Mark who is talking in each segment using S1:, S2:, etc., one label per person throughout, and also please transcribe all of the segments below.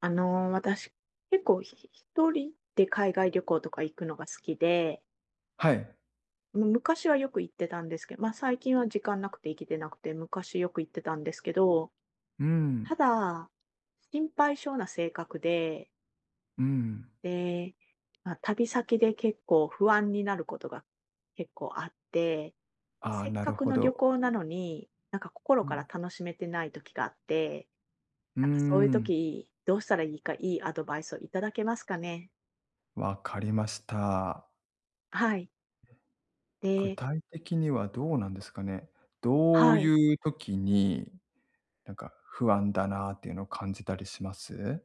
S1: 私、結構一人で海外旅行とか行くのが好きで、
S2: はい。
S1: 昔はよく行ってたんですけど、まあ、最近は時間なくて行けてなくて、昔よく行ってたんですけど、
S2: うん、
S1: ただ、心配性な性格で、
S2: うん。
S1: で、まあ、旅先で結構不安になることが結構あって、
S2: ああ、
S1: せっ
S2: なる
S1: かく
S2: ほ
S1: の旅
S2: ど。
S1: 行なのに、なんか心
S2: う
S1: から
S2: ん。
S1: 楽しめてない時があって、
S2: うー
S1: なんかそういう
S2: ん、
S1: 時、どうしたらいいか、いいアドバイスをいただけますかね？
S2: わかりました。
S1: はい。
S2: 具
S1: で
S2: 体的にはどうなんですかね。どう
S1: はい。
S2: いう時に、なんか不安だなっていうのを感じたりします？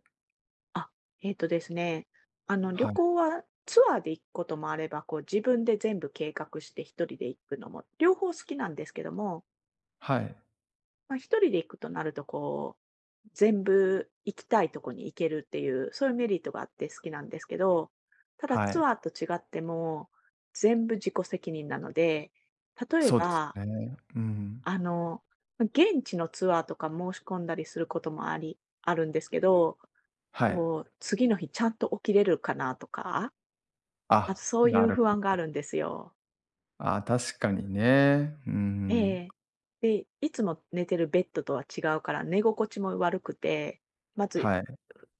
S1: あ、えっとですね、あの、
S2: は
S1: 旅
S2: い。
S1: 行はツアーで行くこともあれば、こう自分で全部計画して一人で行くのも、両方好きなんですけども、
S2: はい。
S1: まあ、一人で行くとなるとこう、全部行きたいとこに行けるっていう、そういうメリットがあって好きなんですけど、ただ
S2: はい。
S1: ツアーと違っても、全部自己責任なので、例え
S2: そうです
S1: ば、
S2: ね。うん。
S1: あの、現地のツアーとか申し込んだりすることもあるんですけど、
S2: はい。
S1: こう、次の日ちゃんと起きれるかなとか、あと
S2: あ、
S1: そうい
S2: な
S1: う
S2: る
S1: 不
S2: ほ
S1: 安があ
S2: ど。
S1: るんですよ。
S2: あ確かにね。う
S1: え
S2: ん。
S1: え。で、いつも寝てるベッドとは違うから寝心地も悪くて、まず
S2: はい。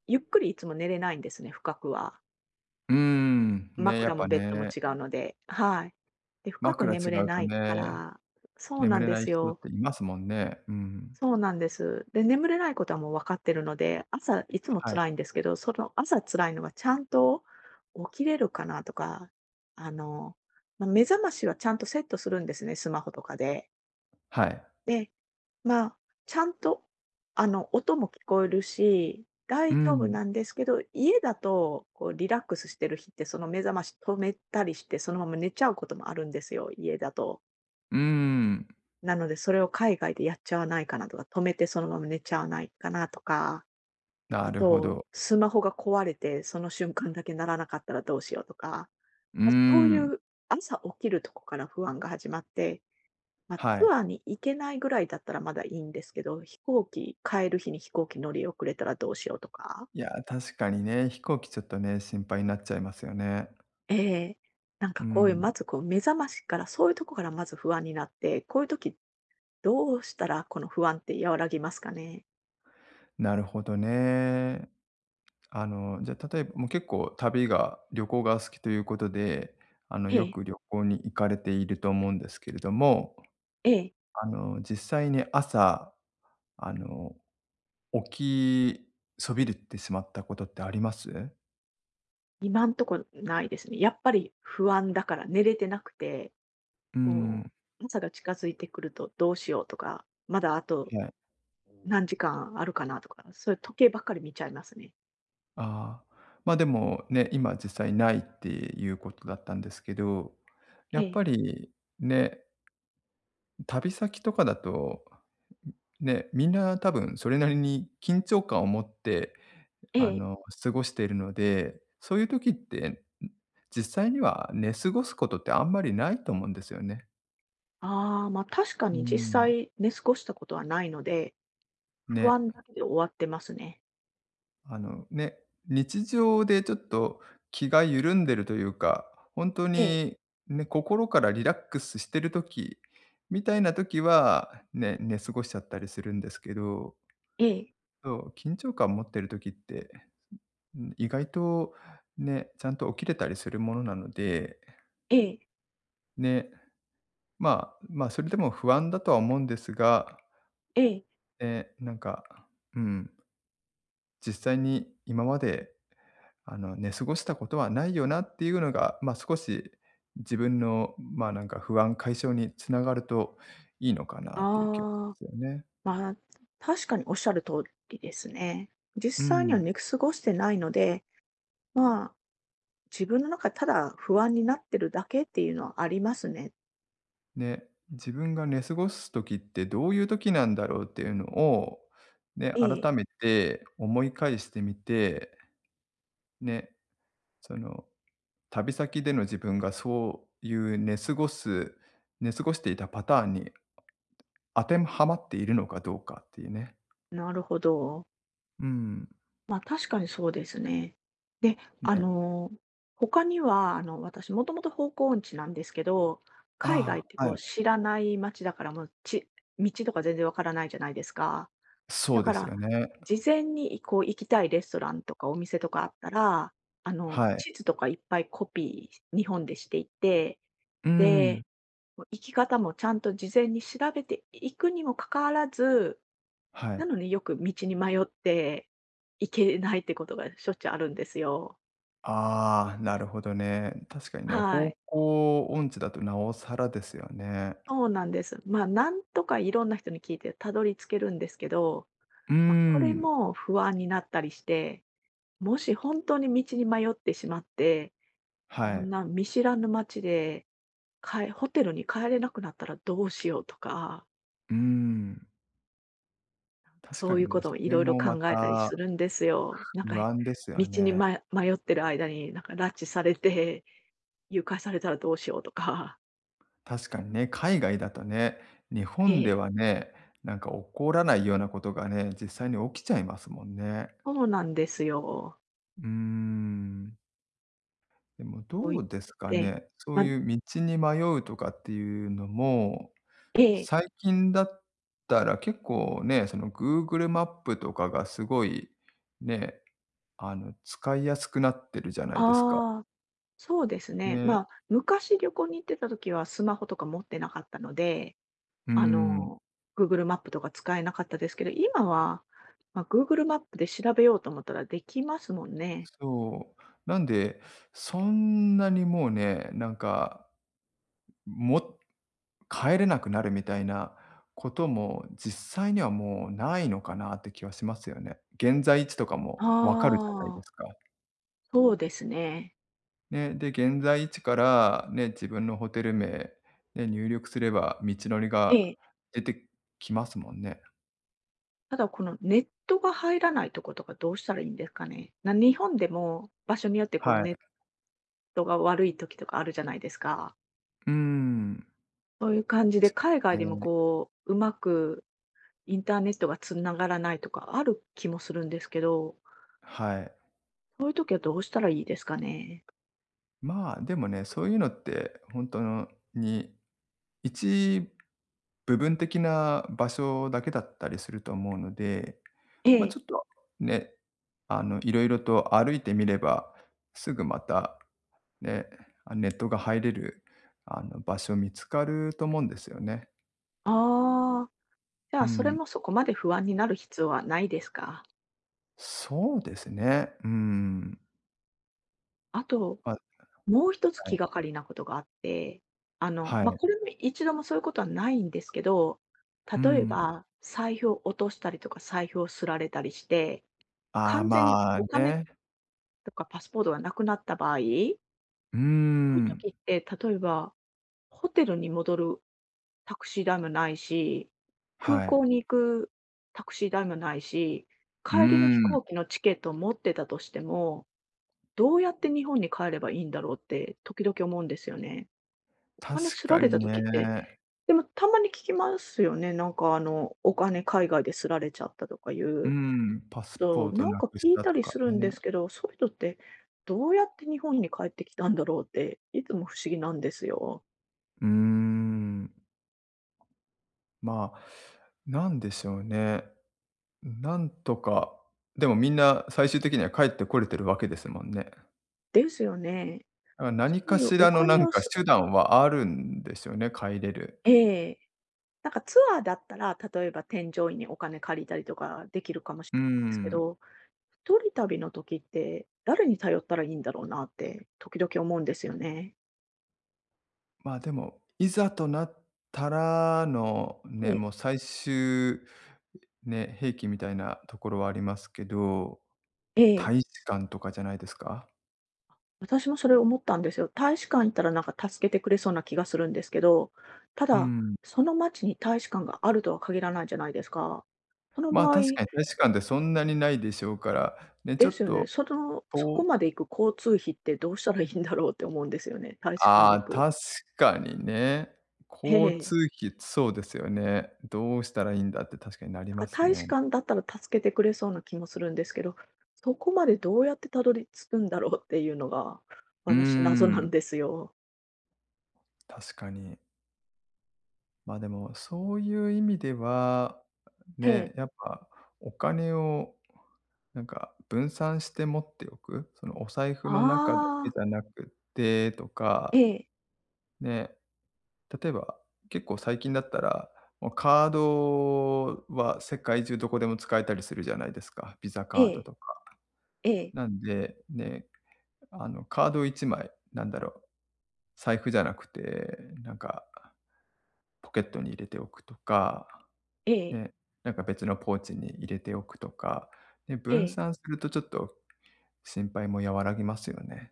S1: ゆっくりいつも寝れないんですね、深くは。
S2: うーん、ね、やっ
S1: 枕
S2: ぱ
S1: もベッドも
S2: ね、
S1: 違うので、はい。で、深く
S2: 枕違
S1: 眠れ
S2: うと
S1: ないか
S2: ね
S1: らそう
S2: 眠
S1: なん
S2: れ
S1: で
S2: ない
S1: す
S2: 人っ
S1: よ。
S2: ていますもんね。うん。
S1: そうなんです。で、眠れないことはもう分かってるので、朝いつも
S2: はい。
S1: 辛いんですけど、その朝辛いのがちゃんと起きれるかなとか、あの、まあ、目覚ましはちゃんとセットするんですね、スマホとかで。
S2: はい。
S1: で、まあ、ちゃんと、音も聞こえるし、
S2: う
S1: 大丈夫
S2: ん。
S1: なんですけど、家だと、こうリラックスしてる日って、その目覚まし止めたりして、そのまま寝ちゃうこともあるんですよ、家だと。
S2: うーん。
S1: なので、それを海外でやっちゃわないかなとか、止めてそのまま寝ちゃわないかなとか、
S2: な
S1: あ
S2: るほ
S1: と、
S2: ど。
S1: スマホが壊れて、その瞬間だけ鳴らなかったらどうしようとか、
S2: うー
S1: ま、そうい
S2: ん。
S1: う朝起きるとこから不安が始まって、ま、
S2: は
S1: ツ
S2: い。
S1: アーに行けないぐらいだったらまだいいんですけど、飛行機帰る日に飛行機乗り遅れたらどうしようとか。
S2: いや、確かにね、飛行機ちょっとね、心配になっちゃいますよね。
S1: ええ。なん
S2: う
S1: かこういう、
S2: ん。
S1: まずこう目覚ましから、そういうとこからまず不安になって、こういう時どうしたらこの不安って和らぎますかね？
S2: なるほどね。あの、じゃあ、例えば、もう結構旅行が好きということで、あの、
S1: え
S2: よ
S1: え、
S2: く旅行に行かれていると思うんですけれども、
S1: ええ。
S2: あの、実際に朝、あの、起きそびれてしまったことってあります？
S1: 今んとこないですね。やっぱり不安だから寝れてなくて、
S2: う
S1: も
S2: ん。
S1: う朝が近づいてくるとどうしようとか、まだあと
S2: はい。
S1: 何時間あるかなとか、そういう時計ばっかり見ちゃいますね。
S2: ああ、ま、でもね、今実際ないっていうことだったんですけど、や
S1: え
S2: っ
S1: え、
S2: ぱりね、旅先とかだと、ね、みんな多分それなりに緊張感を持って、
S1: え
S2: あ
S1: え。
S2: の、過ごしているので、そういう時って、ん、実際には寝過ごすことってあんまりないと思うんですよね。
S1: ああ、ま、確か
S2: うー
S1: に実
S2: ん、
S1: 際寝過ごしたことはないので、不
S2: ね。
S1: 安だけで終わってますね。
S2: あのね、日常でちょっと気が緩んでるというか、本当
S1: ええ、
S2: にね、心からリラックスしてる時みたいな時は、ね、寝過ごしちゃったりするんですけど、
S1: ええ、
S2: そう、緊張感持ってる時って、意外とね、ちゃんと起きれたりするものなので、
S1: ええ、
S2: ね、まあ、それでも不安だとは思うんですが、
S1: ええ。
S2: え、なんか、うん、実際に今まであの、寝過ごしたことはないよなっていうのが、まあ、少し自分の、まあ、なんか不安解消につながるといいのかなっていう気がしま
S1: ああ、
S2: すよね。
S1: まあ、確かにおっしゃる通りですね。実
S2: う
S1: 際には
S2: ん。
S1: 寝過ごしてないので、まあ自分の中でただ不安になってるだけっていうのはありますね。
S2: ね、自分が寝過ごす時ってどういう時なんだろうっていうのを、ね、
S1: ええ、
S2: 改めて思い返してみて、ね、その、旅先での自分がそういう寝過ごしていたパターンに当てはまっているのかどうかっていうね。
S1: なるほど。
S2: うん、
S1: まあ、確かにそうですね。で、
S2: ね。
S1: 他には、私もともと方向音痴なんですけど、海外
S2: あ
S1: って
S2: あ、は
S1: こ
S2: い。
S1: う知らない街だからもう、道とか全然わからないじゃないですか。
S2: そ
S1: だ
S2: うで
S1: か
S2: す
S1: ら、
S2: よね。
S1: 事前にこう行きたいレストランとかお店とかあったら、
S2: はい。
S1: 地図とかいっぱいコピー日本でしていって、
S2: うん、
S1: で、もう生き方もちゃんと事前に調べていくにもかかわらず、
S2: は
S1: な
S2: い。
S1: のによく道に迷って行けないってことがしょっちゅうあるんですよ。
S2: ああ、なるほどね。確かにね、
S1: は
S2: 方
S1: い。
S2: 向音痴だとなおさらですよね。
S1: そうなんです。まあ、なんとかいろんな人に聞いてたどり着けるんですけど、
S2: うー
S1: まあ、これ
S2: ん、
S1: も不安になったりして、もし本当に道に迷ってしまって、
S2: は
S1: こ
S2: い。
S1: んな見知らぬ街で、ホテルに帰れなくなったらどうしようとか
S2: うーん。確か
S1: そうい
S2: に
S1: う
S2: ね、
S1: ことも
S2: そ
S1: い
S2: れ
S1: ろいろ
S2: もま
S1: 考えたり
S2: た
S1: するんですよ。なん
S2: 不
S1: か、
S2: 安ですよ
S1: 道に
S2: ね。
S1: 迷ってる間に、なんか拉致されて、誘拐されたらどうしようとか。
S2: 確かにね、海外だとね、日
S1: え
S2: 本で
S1: え、
S2: はね、なんか起こらないようなことがね、実際に起きちゃいますもんね。
S1: そうなんですよ。
S2: うーん。でも
S1: そう
S2: ど
S1: いう
S2: うです
S1: のっ
S2: か
S1: て。
S2: ね、そう
S1: ま
S2: いう道に迷うとかっていうのも
S1: ええ、
S2: 最近だったら結構ね、その Google マップとかがすごいね、あの、使いやすくなってるじゃないですか。
S1: ああ、そうですね。
S2: ね。
S1: まあ、昔旅行に行ってた時はスマホとか持ってなかったので、
S2: う
S1: あ
S2: ん。
S1: の、Google マップとか使えなかったですけど、今は、ま、Google マップで調べようと思ったらできますもんね。
S2: そう。なんで、そんなにもうね、なんか、も帰れなくなるみたいなことも実際にはもうないのかなって気はしますよね。現在地とかもわかるじゃないで
S1: ああ、
S2: すか。
S1: そうですね。
S2: ね、で、現在位置から、ね、自分のホテル名、ね、入力すれば道のり
S1: え
S2: が
S1: え。
S2: 出てきますもんね。
S1: ただ、このネットが入らないとことかどうしたらいいんですかね？日本でも場所によってこう
S2: はい。
S1: ネットが悪い時とかあるじゃないですか。
S2: うーん。
S1: そういう感じで海外でも
S2: ね、
S1: こう、うまくインターネットが繋がらないとかある気もするんですけど、
S2: はい。
S1: そういう時はどうしたらいいですかね？
S2: まあ、でもね、そういうのって本当のに、一部分的な場所だけだったりすると思うので、
S1: え
S2: まあ、ち
S1: え。
S2: ょっとね、あの、いろいろと歩いてみれば、すぐまたね、あ、ネットが入れる、あの、場所見つかると思うんですよね。
S1: ああ、じゃ
S2: う
S1: あ、それ
S2: ん。
S1: もそこまで不安になる必要はないですか？
S2: そうですね。うん。
S1: あと
S2: ま、
S1: もう一つ
S2: は
S1: 気
S2: い。
S1: がかりなことがあって、
S2: は
S1: まあ、
S2: い。
S1: これも一度もそういうことはないんですけど、
S2: う
S1: 例え
S2: ん。
S1: ば、財布を落としたりとか、財布をすられたりして、
S2: ああ、
S1: 完全に
S2: まあ
S1: お金
S2: ね。
S1: とかパスポートがなくなった場合、
S2: うー
S1: そういう
S2: ん。
S1: 時って、例えば、ホテルに戻るタクシー代もないし、空
S2: はい。
S1: 港に行くタクシー代もないし、
S2: うー
S1: 帰りの飛
S2: ん。
S1: 行機のチケットを持ってたとしても、どうやって日本に帰ればいいんだろうって時々思うんですよね。お金
S2: 確
S1: すら
S2: か
S1: れ
S2: に
S1: た
S2: ね。
S1: 時って、でもたまに聞きますよね。なんかお金海外ですられちゃったとかい
S2: う
S1: う
S2: ん、パスポ
S1: と、
S2: ート
S1: なん
S2: な
S1: か
S2: くし
S1: 聞い
S2: た
S1: た
S2: と
S1: り
S2: か
S1: するん
S2: ね。
S1: ですけど、そういう人ってどうやって日本に帰ってきたんだろうって、いつも不思議なんですよ。
S2: うーん。まあ、なんでしょうね。なんとか、でもみんな最終的には帰ってこれてるわけですもんね。
S1: ですよね。
S2: だから何
S1: そ
S2: か
S1: ういう
S2: しら
S1: お
S2: のな
S1: 金
S2: ん
S1: を
S2: か
S1: す
S2: 手段はあるんですよね、帰れる。
S1: ええ。なんかツアーだったら、例えば添乗員にお金借りたりとかできるかもしれ
S2: うー
S1: ないですけ
S2: ん。
S1: ど、一人旅の時って誰に頼ったらいいんだろうなって時々思うんですよね。
S2: まあでも、いざとなったらの
S1: え
S2: ね、
S1: え、
S2: もう最終ね、兵器みたいなところはありますけど、
S1: え
S2: 大
S1: え。
S2: 使館とかじゃないですか？
S1: 私もそれ思ったんですよ。大使館行ったらなんか助けてくれそうな気がするんですけど、た
S2: う
S1: だ、
S2: ん。
S1: その町に大使館があるとは限らないじゃないですか。その
S2: まあ、
S1: 場合
S2: 確かに大使館ってそんなにないでしょうから、ね、ちょ
S1: で
S2: っ
S1: すよね、
S2: と、
S1: そこ
S2: と
S1: まで行く交通費ってどうしたらいいんだろうって思うんですよね、大使館
S2: あ
S1: に
S2: あ、
S1: 行く。
S2: 確かにね。
S1: え
S2: 交通
S1: え。
S2: 費、そうですよね。どうしたらいいんだって確かになり
S1: なん
S2: ま
S1: か
S2: す
S1: 大
S2: ね。
S1: 使館だったら助けてくれそうな気もするんですけど、そこまでどうやってたどり着くんだろうっていうのが、
S2: うー
S1: 私謎な
S2: ん、
S1: んですよ。
S2: 確かに。まあ、でも、そういう意味では、
S1: え
S2: ね、や
S1: え。
S2: っぱお金をなんか分散して持っておく、そのお財布
S1: あ
S2: の中だけ
S1: あ、
S2: じゃなくてと
S1: え
S2: か、
S1: え、
S2: ね、例えば結構最近だったら、もうカードは世界中どこでも使えたりするじゃないですか、ビザ
S1: え
S2: カード
S1: え、
S2: とか。
S1: ええ、
S2: なんで、ね、あのカード1枚、なんだろう、財布じゃなくて、なんかポケットに入れておくとか
S1: ええ、
S2: で、なんか別のポーチに入れておくとか、で、
S1: え
S2: 分
S1: え。
S2: 散するとちょっと心配も和らぎますよね。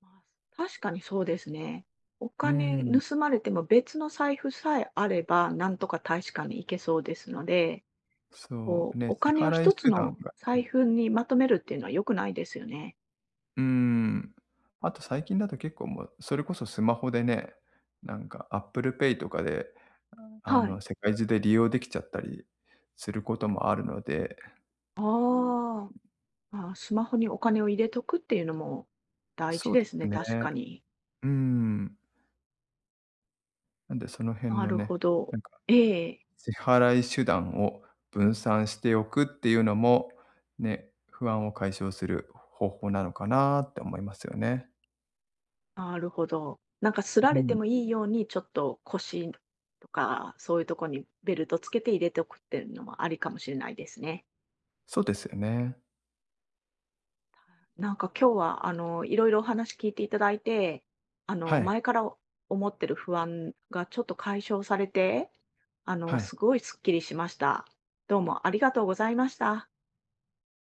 S1: まあ、確かにそうですね。お
S2: うー
S1: 金
S2: ん、
S1: 盗まれても別の財布さえあれば、なんとか大使館に行けそうですので、
S2: そう、
S1: こう、
S2: ね、
S1: お
S2: 支
S1: 金を
S2: 払い
S1: 一つ
S2: 手段
S1: の
S2: が
S1: 財
S2: ね、
S1: 布にまとめるっていうのは良くないですよね。
S2: うーん。あと最近だと結構もう、それこそスマホでね、なんか Apple Pay とかで、あ
S1: はい。
S2: の、世界中で利用できちゃったりすることもあるので、
S1: ああ、まあ、スマホにお金を入れとくっていうのも大
S2: そ
S1: 事
S2: う
S1: で
S2: で
S1: す
S2: す
S1: ね、
S2: ね。
S1: 確かに。
S2: うーん。なんでその辺
S1: な
S2: の
S1: る
S2: ね、
S1: ほど。
S2: なんか
S1: ええ、
S2: 支払い手段を分散しておくっていうのも、ね、不安を解消する方法なのかなって思いますよね。
S1: なるほど。なんか、すら
S2: う
S1: れて
S2: ん、
S1: もいいように、ちょっと腰とか、そういうとこにベルトつけて入れておくっていうのもありかもしれないですね。
S2: そうですよね。
S1: なんか今日はいろいろお話聞いていただいて、
S2: はい、
S1: 前から思ってる不安がちょっと解消されて、
S2: はい。
S1: すごいスッキリしました。どうもありがとうございました。